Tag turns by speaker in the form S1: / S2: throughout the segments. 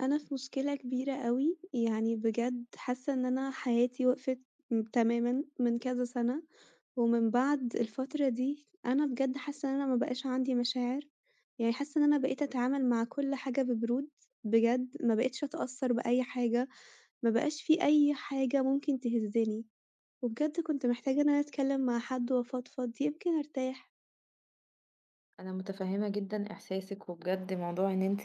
S1: أنا في مشكلة كبيرة أوي، يعني بجد حاسة إن أنا حياتي وقفت تمامًا من كذا سنة، ومن بعد الفترة دي أنا بجد حاسة إن أنا ما بقاش عندي مشاعر، يعني حاسة إن أنا بقيت أتعامل مع كل حاجة ببرود، بجد ما بقيتش أتأثّر بأي حاجة، ما بقاش في أي حاجة ممكن تهزّني، وبجد كنت محتاجة إن
S2: إمم.
S1: أنا أتكلّم مع حد وأفضفض يمكن أرتاح.
S2: أنا متفهمة جدًا إحساسِك، وبجد موضوع إن أنتِ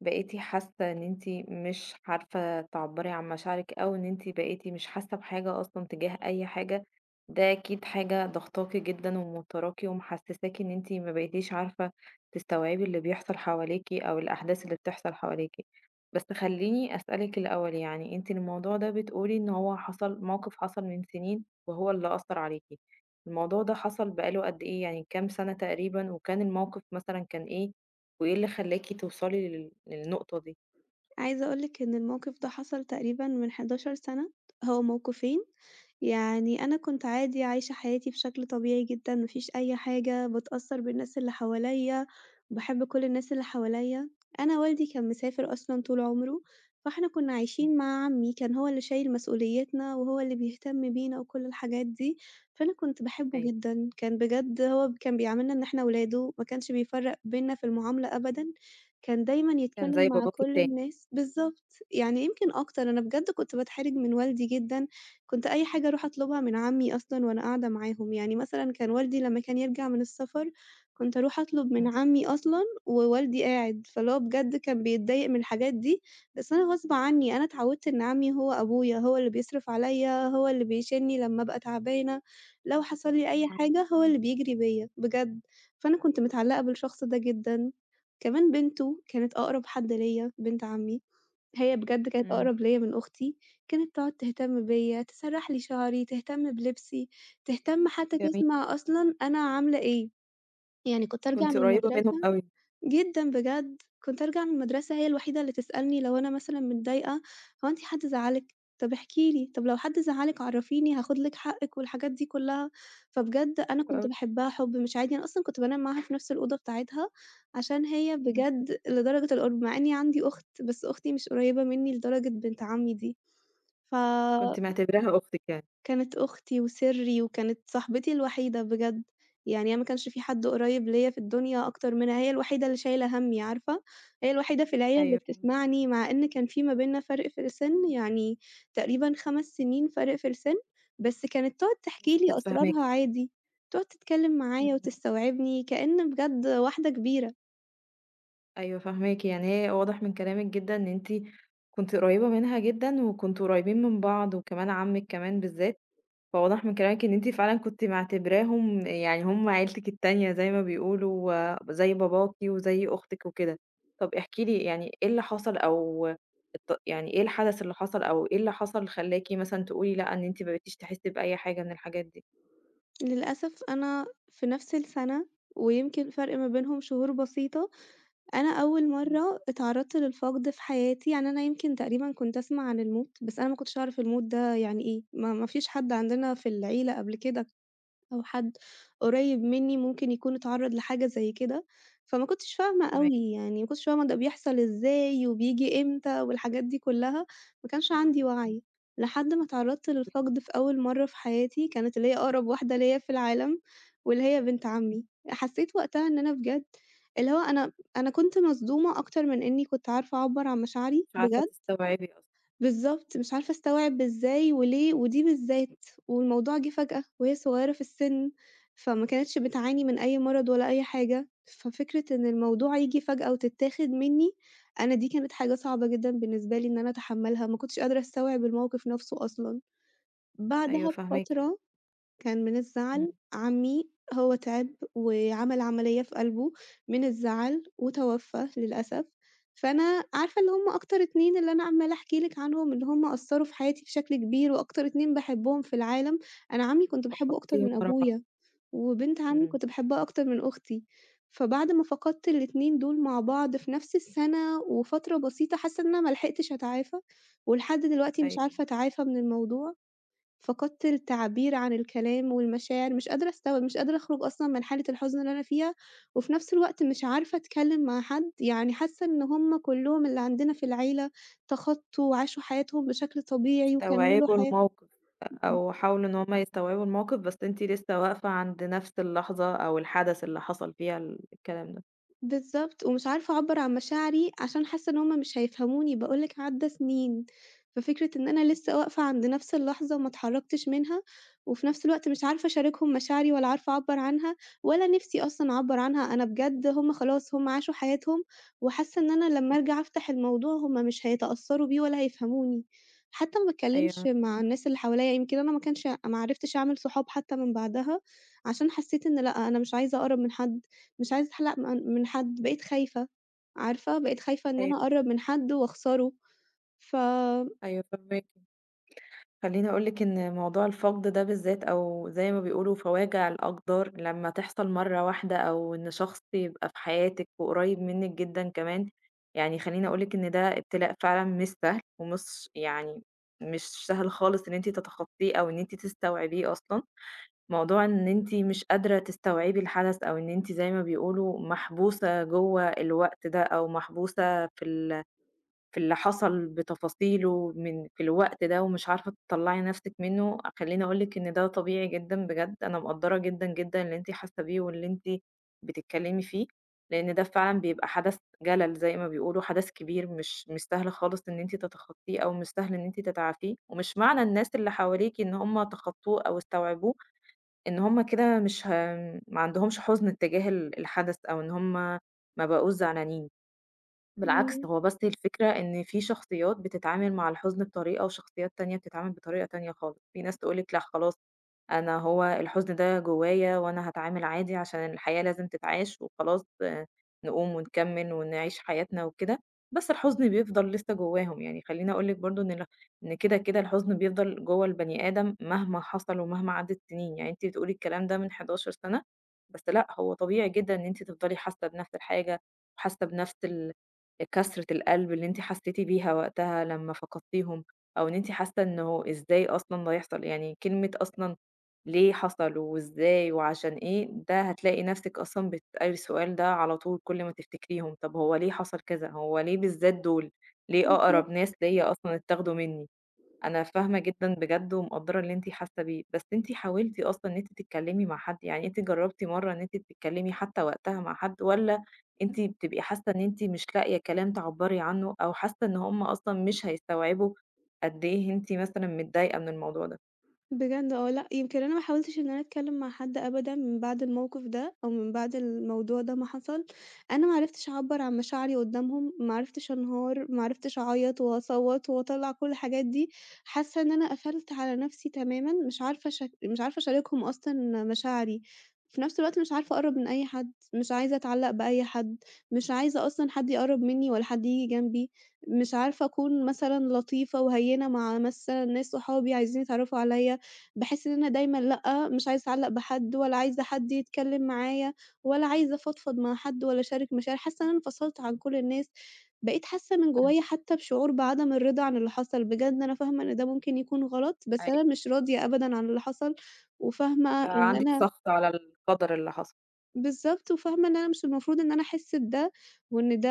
S2: بقيتِ حاسة إن أنتِ مش عارفة تعبّري عن مشاعرِك، أو إن أنتِ بقيتِ مش حاسة بحاجة أصلًا تجاه أي حاجة، ده أكيد حاجة ضاغطاكِ جدًا وموتّراكِ، ومحسساكِ إن أنتِ ما بقيتيش عارفة تستوعبي اللي بيحصل حواليكِ، أو الأحداث اللي بتحصل حواليكِ. بس خلّيني أسألِك الأول يعني أنتِ الموضوع ده بتقولي إن هو حصل موقف حصل من سنين، وهو اللي أثّر عليكِ. الموضوع ده حصل بقاله قد إيه يعني كام سنة تقريبًا، وكان الموقف مثلًا كان إيه، وإيه اللي خلّاكِ توصلي للنقطة دي؟
S1: عايزة أقول لِك إن الموقف ده حصل تقريبًا من 11 سَنة، هو موقفين. يعني أنا كنت عادي عايشة حياتي بشكل طبيعي جدًا، ما فيش أي حاجة، باتأثّر بالناس اللي حواليّا، باحب كل الناس اللي حواليّا. أنا والدي كان مسافر أصلًا طول عمره، فإحنا كنا
S2: إمم.
S1: عايشين مع عمي، كان هو اللي شايل مسؤوليتنا وهو اللي بيهتم بينا وكل الحاجات دي. فأنا كنت باحبه
S2: أيوه،
S1: جدًا، كان بجد هو ب كان بيعاملنا إن إحنا ولاده، ما كانش بيفرّق بيننا في المعاملة أبدًا. كان دايمًا
S2: كان
S1: يتكلّم
S2: زي
S1: مع
S2: باباكِ
S1: كل
S2: التاني.
S1: الناس بالضبط، يعني يمكن أكتر. أنا بجد كنت باتحرج من والدي جدًا، كنت أي حاجة أروح أطلبها من عمي أصلًا وأنا قاعدة معاهم، يعني مثلًا كان والدي لمّا كان يرجع من السفر، كنت أروح أطلب من
S2: إمم.
S1: عمي أصلًا ووالدي قاعد، فاللي هو بجد كان بيتضايق من الحاجات دي. بس أنا غصب عني، أنا اتعودت إن عمي هو أبويا، هو اللي بيصرف عليَّ، هو اللي بيشيلني لمّا أبقى تعبانة، لو حصل لي أي
S2: فاهماكِ.
S1: حاجة هو اللي بيجري بيّا، بجد. فأنا كنت متعلقة بالشخص ده جدًا. كمان بنته كانت أقرب حد ليّا، بنت عمي، هي بجد كانت
S2: إمم.
S1: أقرب ليّا من أختي. كانت تقعد تهتم بيّا، تسرّح لي شعري، تهتم بلبسي، تهتم حتى
S2: جميل،
S1: تسمع أصلًا أنا عاملة إيه، يعني كنت أرجع
S2: كنتِ
S1: من
S2: قريبة
S1: المدرسة.
S2: منهم أوي،
S1: جدًا بجد، كنت أرجع من المدرسة هي الوحيدة اللي تسألني لو أنا مثلًا متضايقة، "هو أنتِ حد زعّلِك؟ طب احكي لي، طب لو حد زعّلِك عرّفيني هاخد لِك حقِّك." والحاجات دي كلّها. فبجد أنا
S2: حلو
S1: كنت
S2: أوي.
S1: باحبها حُب مش عادي، أنا أصلًا كنت بانام معاها في نفس الأوضة بتاعتها، عشان هي
S2: إمم.
S1: بجد لدرجة القُرب، مع إني عندي أخت، بس أختي مش قريّبة منّي لدرجة بنت عمي دي. ف
S2: كنتِ معتبراها أختِك يعني.
S1: كانت أختي وسِرّي وكانت صاحبتي الوحيدة بجد. يعني أنا ما كانش في حد قريّب ليّا في الدنيا أكتر منها، هي الوحيدة اللي شايلة هَمّي عارفة، هي الوحيدة في العيلة اللي
S2: أيوه فاهماكِ،
S1: بتسمعني، مع إن كان في ما بيننا فرق في السِن، يعني تقريبًا 5 سنين فرق في السِن. بس كانت تقعد تحكي
S2: بس
S1: لي
S2: كانت
S1: أسرارها
S2: فاهماكِ.
S1: عادي، تقعد تتكلّم معايا
S2: إمم.
S1: وتستوعبني كإن بجد واحدة كبيرة.
S2: أيوه فاهماكِ، يعني هي واضح من كلامِك جدًا إن أنتِ كنتِ قريبة منها جدًا، وكنتم قريبين من بعض، وكمان عمِّك كمان بالذات. فواضح من كلامِك إن أنتِ فعلًا كنتِ معتبراهم يعني هم عيلتِك التانية زي ما بيقولوا، و- زي باباكِ وزي أختِك وكده. طب احكي لي يعني إيه اللي حصل أو يعني إيه الحدث اللي حصل أو إيه اللي حصل خلّاكِ مثلًا تقولي لأ، إن أنتِ ما بقيتيش تحسّي بأي حاجة من الحاجات دي؟
S1: للأسف أنا في نَفْس السَنة ويمكن فرق ما بينهم شهور بسيطة، أنا أول
S2: إمم.
S1: مرّة اتعرّضت للفقد في حياتي، يعني أنا يمكن تقريبًا كنت أسمع عن الموت، بس أنا ما كنتش أعرف الموت ده يعني إيه، ما فيش حد عندنا في العيلة قبل كده أو حد قريب منّي ممكن يكون اتعرّض لحاجة زي كده. فما كنتش فاهمة
S2: فاهماكِ،
S1: أوي، يعني ما كنتش فاهمة ده بيحصل إزاي وبييجي إمتى والحاجات دي كلّها، ما كانش عندي
S2: إمم.
S1: وَعي، لحد ما اتعرّضت للفقد في أول مرّة في حياتي، كانت اللي هي أقرب واحدة ليّا في العالم واللي هي بنت عمّي. حسّيت وقتها إن أنا بجد اللي هو أنا كنت مصدومة أكتر من إنّي كنت عارفة أعبّر عن مشاعري
S2: مش عارفة
S1: بجد.
S2: تستوعبي أصلًا.
S1: بالضبط، مش عارفة أستوعب إزاي وليه ودي بالذات، والموضوع جِه فجأة وهي صغيّرة في السِن، فما كانتش بتعاني من أي مرض ولا أي حاجة، ففكرة إن الموضوع ييجي فجأة وتتاخد منّي، أنا دي كانت حاجة صعبة جدًا بالنسبة لي إن أنا أتحمّلها، ما كنتش قادرة أستوعب الموقف نَفْسه أصلًا.
S2: أيوه
S1: بعدها
S2: فاهماكِ.
S1: بفترة كان من
S2: إمم.
S1: الزعل، عمي هو تعب وعمل عملية في قلبه من الزعل وتوفى للأسف. فأنا عارفة اللي هُم أكتر 2 اللي أنا عمّالة أحكي لِك عنهم اللي هُم أثّروا في حياتي بشكل كبير وأكتر 2 باحبهم في العالم. أنا عمي كنت باحبه أكتر
S2: فقدتيهم
S1: من
S2: ورا بعض.
S1: أبويا، وبنت عمي
S2: إمم،
S1: كنت باحبها أكتر من أختي. فبعد ما فقدت ال2 دول مع بعض في نفس السنة وفترة بسيطة، حاسة إن أنا ما لحقتش أتعافى، ولحد دلوقتي مش
S2: أيوه.
S1: عارفة أتعافى من الموضوع. فقدت التعبير عن الكلام والمشاعر، مش قادرة أستوعب، مش قادرة أخرج أصلًا من حالة الحزن اللي أنا فيها، وفي نفس الوقت مش عارفة أتكلم مع حد. يعني حاسة إن هُم كلّهم اللي عندنا في العيلة تخطّوا وعاشوا حياتهم بشكل طبيعي وكمّلوا
S2: استوعبوا
S1: حياتهم.
S2: الموقف، أو حاولوا إن هُم يستوعبوا الموقف، بس أنتِ لسه واقفة عند نفس اللحظة أو الحدث اللي حصل فيها الكلام ده.
S1: بالضبط، ومش عارفة أعبّر عن مشاعري عشان حاسة إن هُم مش هيفهموني، باقول لِك عدّى سنين، ففكرة إن أنا لسه واقفة عند نفْس اللحظة وما اتحرّكتش منها، وفي نفْس الوقت مش عارفة أشاركهم مشاعري ولا عارفة أعبّر عنها، ولا نِفْسي أصلًا أعبّر عنها. أنا بجد هُم خلاص هُم عاشوا حياتهم، وحاسة إن أنا لمّا
S2: إمم.
S1: أرجع أفتح الموضوع هُم مش هيتأثّروا بيه ولا هيفهموني. حتى ما
S2: أيوه
S1: باتكلّمش
S2: أنا فاهماكِ،
S1: مع الناس اللي حواليّا، يمكن أنا ما عرفتش أعمل صحاب حتى من بعدها، عشان حسّيت إن لأ، أنا مش عايزة أقرب من حد. مش عايزة أحلَق من حد، بقيت خايفة، عارفة، بقيت خايفة إن أنا
S2: أيوه،
S1: أقرّب من حد وأخسره. ف
S2: أيوه فاهماكِ. خلّيني أقول لِك إن موضوع الفقد ده بالذات أو زي ما بيقولوا فواجع الأقدار لمّا تحصل مرّة واحدة أو إن شخص يبقى في حياتِك وقريب منِّك جدًا كمان، يعني خلّيني أقول لِك إن ده ابتلاء فعلًا مش سهل ومش يعني مش سهل خالص إن أنتِ تتخطّيه أو إن أنتِ تستوعبيه أصلًا. موضوع إن أنتِ مش قادرة تستوعبي الحدث، أو إن أنتِ زي ما بيقولوا محبوسة جوّه الوقت ده، أو محبوسة في اللي حصل بتفاصيله من في الوقت ده، ومش عارفة تطلّعي نفسِك منه. خلّيني أقول لِك إن ده طبيعي جدًا بجد، أنا مقدّرة جدًا، جدًا اللي أنتِ حاسة بيه، واللي أنتِ بتتكلمي فيه، لإن ده فعلًا بيبقى حدث جَلل زي ما بيقولوا، حدث كبير مش سهل خالص إن أنتِ تتخطيه، أو مش سهل إن أنتِ تتعافيه، ومش معنى الناس اللي حواليكِ إن هُم تخطّوه أو استوعبوه، إن هُم كده مش ه ما عندهمش حُزن اتجاه الحدث أو إن هُم ما بقوش زعلانين، بالعكس
S1: إمم،
S2: هو بس الفكرة إن في شخصيات بتتعامل مع الحزن بطريقة وشخصيات تانية بتتعامل بطريقة تانية خالص، في ناس تقول لِك لأ خلاص أنا هو الحزن ده جوايا وأنا هاتعامل عادي عشان الحياة لازم تتعاش وخلاص نقوم ونكمّل ونعيش حياتنا وكده، بس الحزن بيفضل لسه جواهم، يعني خلّيني أقول لِك برضه إن إن كده، الحزن بيفضل جوّه البني آدم مهما حصل ومهما عدّت سنين، يعني أنتِ بتقولي الكلام ده من 11 سَنة، بس لأ هو طبيعي جدًا إن أنتِ تفضلي حاسة بنفْس الحاجة، وحاسة بنفْس كسرة القلب اللي أنتِ حسّيتِ بيها وقتها لمّا فقدتيهم، أو إن أنتِ حاسة إنه إزاي أصلًا ده يحصل، يعني كلمة أصلًا ليه حصل وإزاي وعشان إيه، ده هتلاقي نفسِك أصلًا بتسألي السؤال ده على طول كل ما تفتكريهم، طب هو ليه حصل كذا، هو ليه بالذات دول، ليه
S1: بالضبط.
S2: أقرب ناس ليّا أصلًا اتاخدوا منّي، أنا فاهمة جدًا بجد ومقدّرة اللي أنتِ حاسة بيه، بس أنتِ حاولتِ أصلًا إن أنتِ تتكلمي مع حد، يعني أنتِ جربتِ مرّة إن أنتِ تتكلمي حتى وقتها مع حد، والّا أنتِ بتبقي حاسة إن أنتِ مش لاقية كلام تعبّري عنه، أو حاسة إن هُم أصلًا مش هيستوعبوا قد إيه أنتِ مثلًا متضايقة من الموضوع ده؟
S1: بجد آه، لأ، يمكن أنا ما حاولتش إن أنا أتكلّم مع حد أبدًا من بعد الموقف ده، أو من بعد الموضوع ده ما حصل. أنا ما عرفتش أعبّر عن مشاعري قدّامهم، ما عرفتش أنهار، ما عرفتش أعيّط وأصوّت وأطلّع كل الحاجات دي، حاسة إن أنا قفلت على نَفْسي تمامًا، مش عارفة أشاركهم أصلًا مشاعري. في نَفْس الوقت مش عارفة أقرّب من أي حد، مش عايزة أتعلّق بأي حد، مش عايزة أصلًا حد يقرّب منّي ولا حد ييجي جنبي، مش عارفة أكون مثلًا لطيفة وهيّنة مع مثلًا ناس صحابي عايزين يتعرّفوا عليّا. باحس إن أنا دايمًا لأ، مش عايزة أتعلّق بحد ولا عايزة حد يتكلّم معايا ولا عايزة أفضفض مع حد ولا أشارك مشاعري، حاسة إن أنا انفصلت عن كل الناس، بقيت حاسة من جوّايا
S2: فاهماكِ.
S1: حتّى بشعور بعدم الرضا عن اللي حصل. بجد أنا فاهمة إن ده ممكن يكون غلط، بس أنا
S2: أيوه.
S1: مش راضية أبدًا عن اللي حصل، وفاهمة
S2: بقى
S1: إن
S2: عندِك
S1: أنا
S2: سخط على القدر اللي حصل.
S1: بالضبط، وفاهمة إن أنا مش المفروض إن أنا أحس بده، وإن ده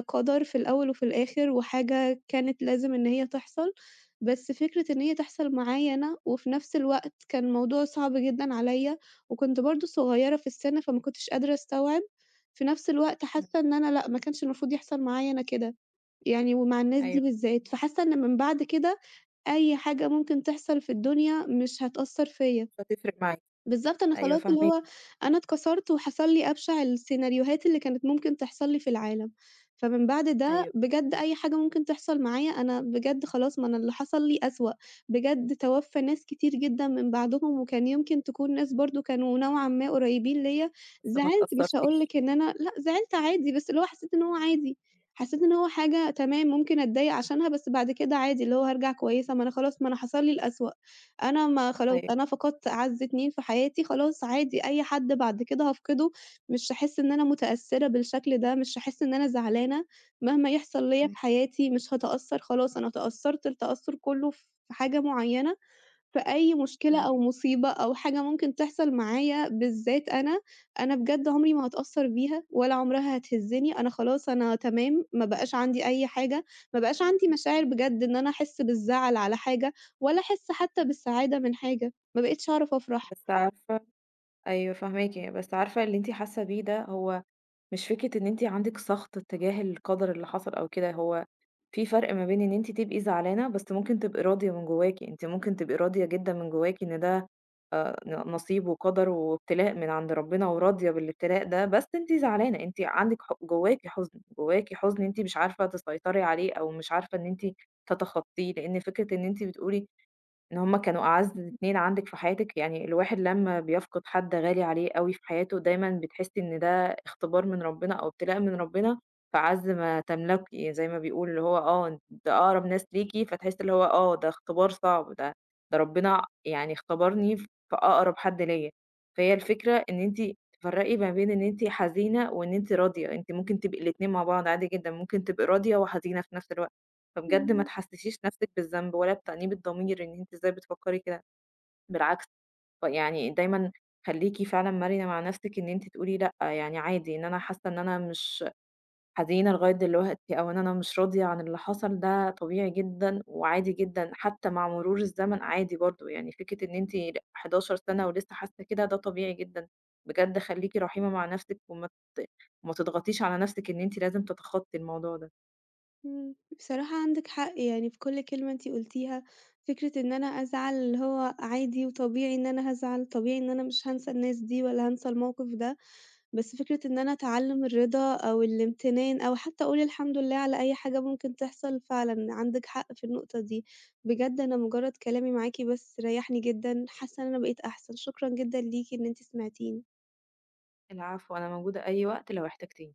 S1: قدر في الأول وفي الآخر، وحاجة كانت لازم إن هي تحصل. بس فكرة إن هي تحصل معايا أنا، وفي نفس الوقت كان الموضوع صعب جدًا عليَّ، وكنت برضه صغيرة في السن، فما كنتش قادرة أستوعب. في نفس الوقت
S2: إمم،
S1: حاسة إن أنا لأ، ما كانش المفروض يحصل معايا أنا كده، يعني ومع الناس دي
S2: أيوه أنا
S1: بالذات،
S2: فاهماكِ.
S1: فحاسة إن من بعد كده أي حاجة ممكن تحصل في الدنيا مش هتأثر فيَّ.
S2: مش هتفرق معاكِ.
S1: بالضبط، أنا
S2: أيوه
S1: خلاص اللي
S2: فاهماكِ،
S1: هو أنا اتكسرت وحصل لي أبشع السيناريوهات اللي كانت ممكن تحصل لي في العالم، فمن بعد ده
S2: أيوه،
S1: بجد أي حاجة ممكن تحصل معايا أنا بجد خلاص ما أنا اللي حصل لي أسوأ. بجد توفّى ناس كتير جدًا من بعدهم وكان يمكن تكون ناس برضه كانوا نوعًا ما قريبين ليّا،
S2: بس ما
S1: زعلت مش هاقول
S2: اتأثرتيش.
S1: لِك إن أنا لأ، زعلت عادي، بس اللي هو حسّيت إن هو عادي، حسّيت إن هو حاجة تمام ممكن أتضايق عشانها، بس بعد كده عادي اللي هو هارجع كويسة، ما أنا خلاص ما أنا حصل لي الأسوأ. أنا ما خلاص
S2: أيوه،
S1: أنا فقدت أعز اتنين في حياتي، خلاص عادي أي حد بعد كده هافقده، مش هاحس إن أنا متأثّرة بالشكل ده، مش هاحس إن أنا زعلانة، مهما يحصل ليّا في
S2: إمم.
S1: حياتي مش هاتأثّر خلاص أنا تأثّرت التأثّر كلّه في حاجة معيّنة، في أي مشكلة أو
S2: فاهماكِ،
S1: مصيبة أو حاجة ممكن تحصل معايا بالذات أنا، أنا بجد عمري ما هاتأثّر بيها ولا عمرها هتهزّني، أنا خلاص أنا تمام، ما بقاش عندي أي حاجة، ما بقاش عندي مشاعر بجد إن أنا أحس بالزعل على حاجة ولا أحس حتى بالسعادة من حاجة، ما بقيتش أعرف أفرح.
S2: بس عارفة أيوه فاهماكِ، بس عارفة اللي أنتِ حاسة بيه ده هو مش فكرة إن أنتِ عندِك سَخط تجاه القدر اللي حصل أو كده، هو في فرق ما بين إن أنتِ تبقي زعلانة، بس ممكن تبقي راضية من جواكِ، أنتِ ممكن تبقي راضية جدًا من جواكِ إن ده نصيب وقدر وابتلاء من عند ربنا وراضية بالابتلاء ده، بس أنتِ زعلانة، أنتِ عندِك جواكِ حزن، أنتِ مش عارفة تسيطري عليه أو مش عارفة إن أنتِ تتخطيه، لإن فكرة إن أنتِ بتقولي إن هُم كانوا أعز اتنين عندِك في حياتِك، يعني الواحد لمّا بيفقد حد غالي عليه أوي في حياته، دايمًا بتحسّي إن ده اختبار من ربنا أو ابتلاء من ربنا، فَأَعَزّ ما تملكي زي ما بيقولوا، اللي هو آه، ده أقرب ناس ليكِ، فتحسّي اللي هو آه، ده اختبار صعب، ده ربنا يعني اختبرني في أقرب حد ليّا. فهي الفكرة إن أنتِ تفرّقي ما بين إن أنتِ حزينة وإن أنتِ راضية، أنتِ ممكن تبقي الاتنين مع بعض عادي جدًا، ممكن تبقي راضية وحزينة في نفس الوقت. فبجد ما
S1: إمم،
S2: تحسسيش نفسِك بالذنب ولا بتأنيب الضمير إن أنتِ إزاي بتفكّري كده، بالعكس يعني دايمًا خلّيكِ فعلًا مرنة مع نفسِك إن أنتِ تقولي لأ، يعني عادي إن أنا حاسة إن أنا مش حزينة لغاية دلوقتي أو إن أنا مش راضية عن اللي حصل ده طبيعي جدًا وعادي جدًا، حتى مع مرور الزمن عادي برضه، يعني فكرة إن أنتِ ل 11 سَنة ولسه حاسة كده ده طبيعي جدًا، بجد خلّيكِ رحيمة مع نفسِك وما ت ما تضغطيش على نفسِك إن أنتِ لازم تتخطّي الموضوع ده.
S1: إمم. بصراحة عندِك حق، يعني في كل كلمة أنتِ قُلتيها، فكرة إن أنا أزعل اللي هو عادي وطبيعي إن أنا هازعل، طبيعي إن أنا مش هانسى الناس دي ولا هانسى الموقف ده. بس فكرة إن أنا أتعلّم الرضا أو الامتنان أو حتّى أقول الحمد لله على أي حاجة ممكن تحصل، فعلًا عندِك حق في النقطة دي. بجد أنا مجرّد كلامي معاكِ بس ريّحني جدًا، حاسّة إن أنا بقيت أحسن. شكرًا جدًا ليكِ إن أنتِ سمعتيني.
S2: العفو، أنا موجودة أي وقت لو احتجتيني.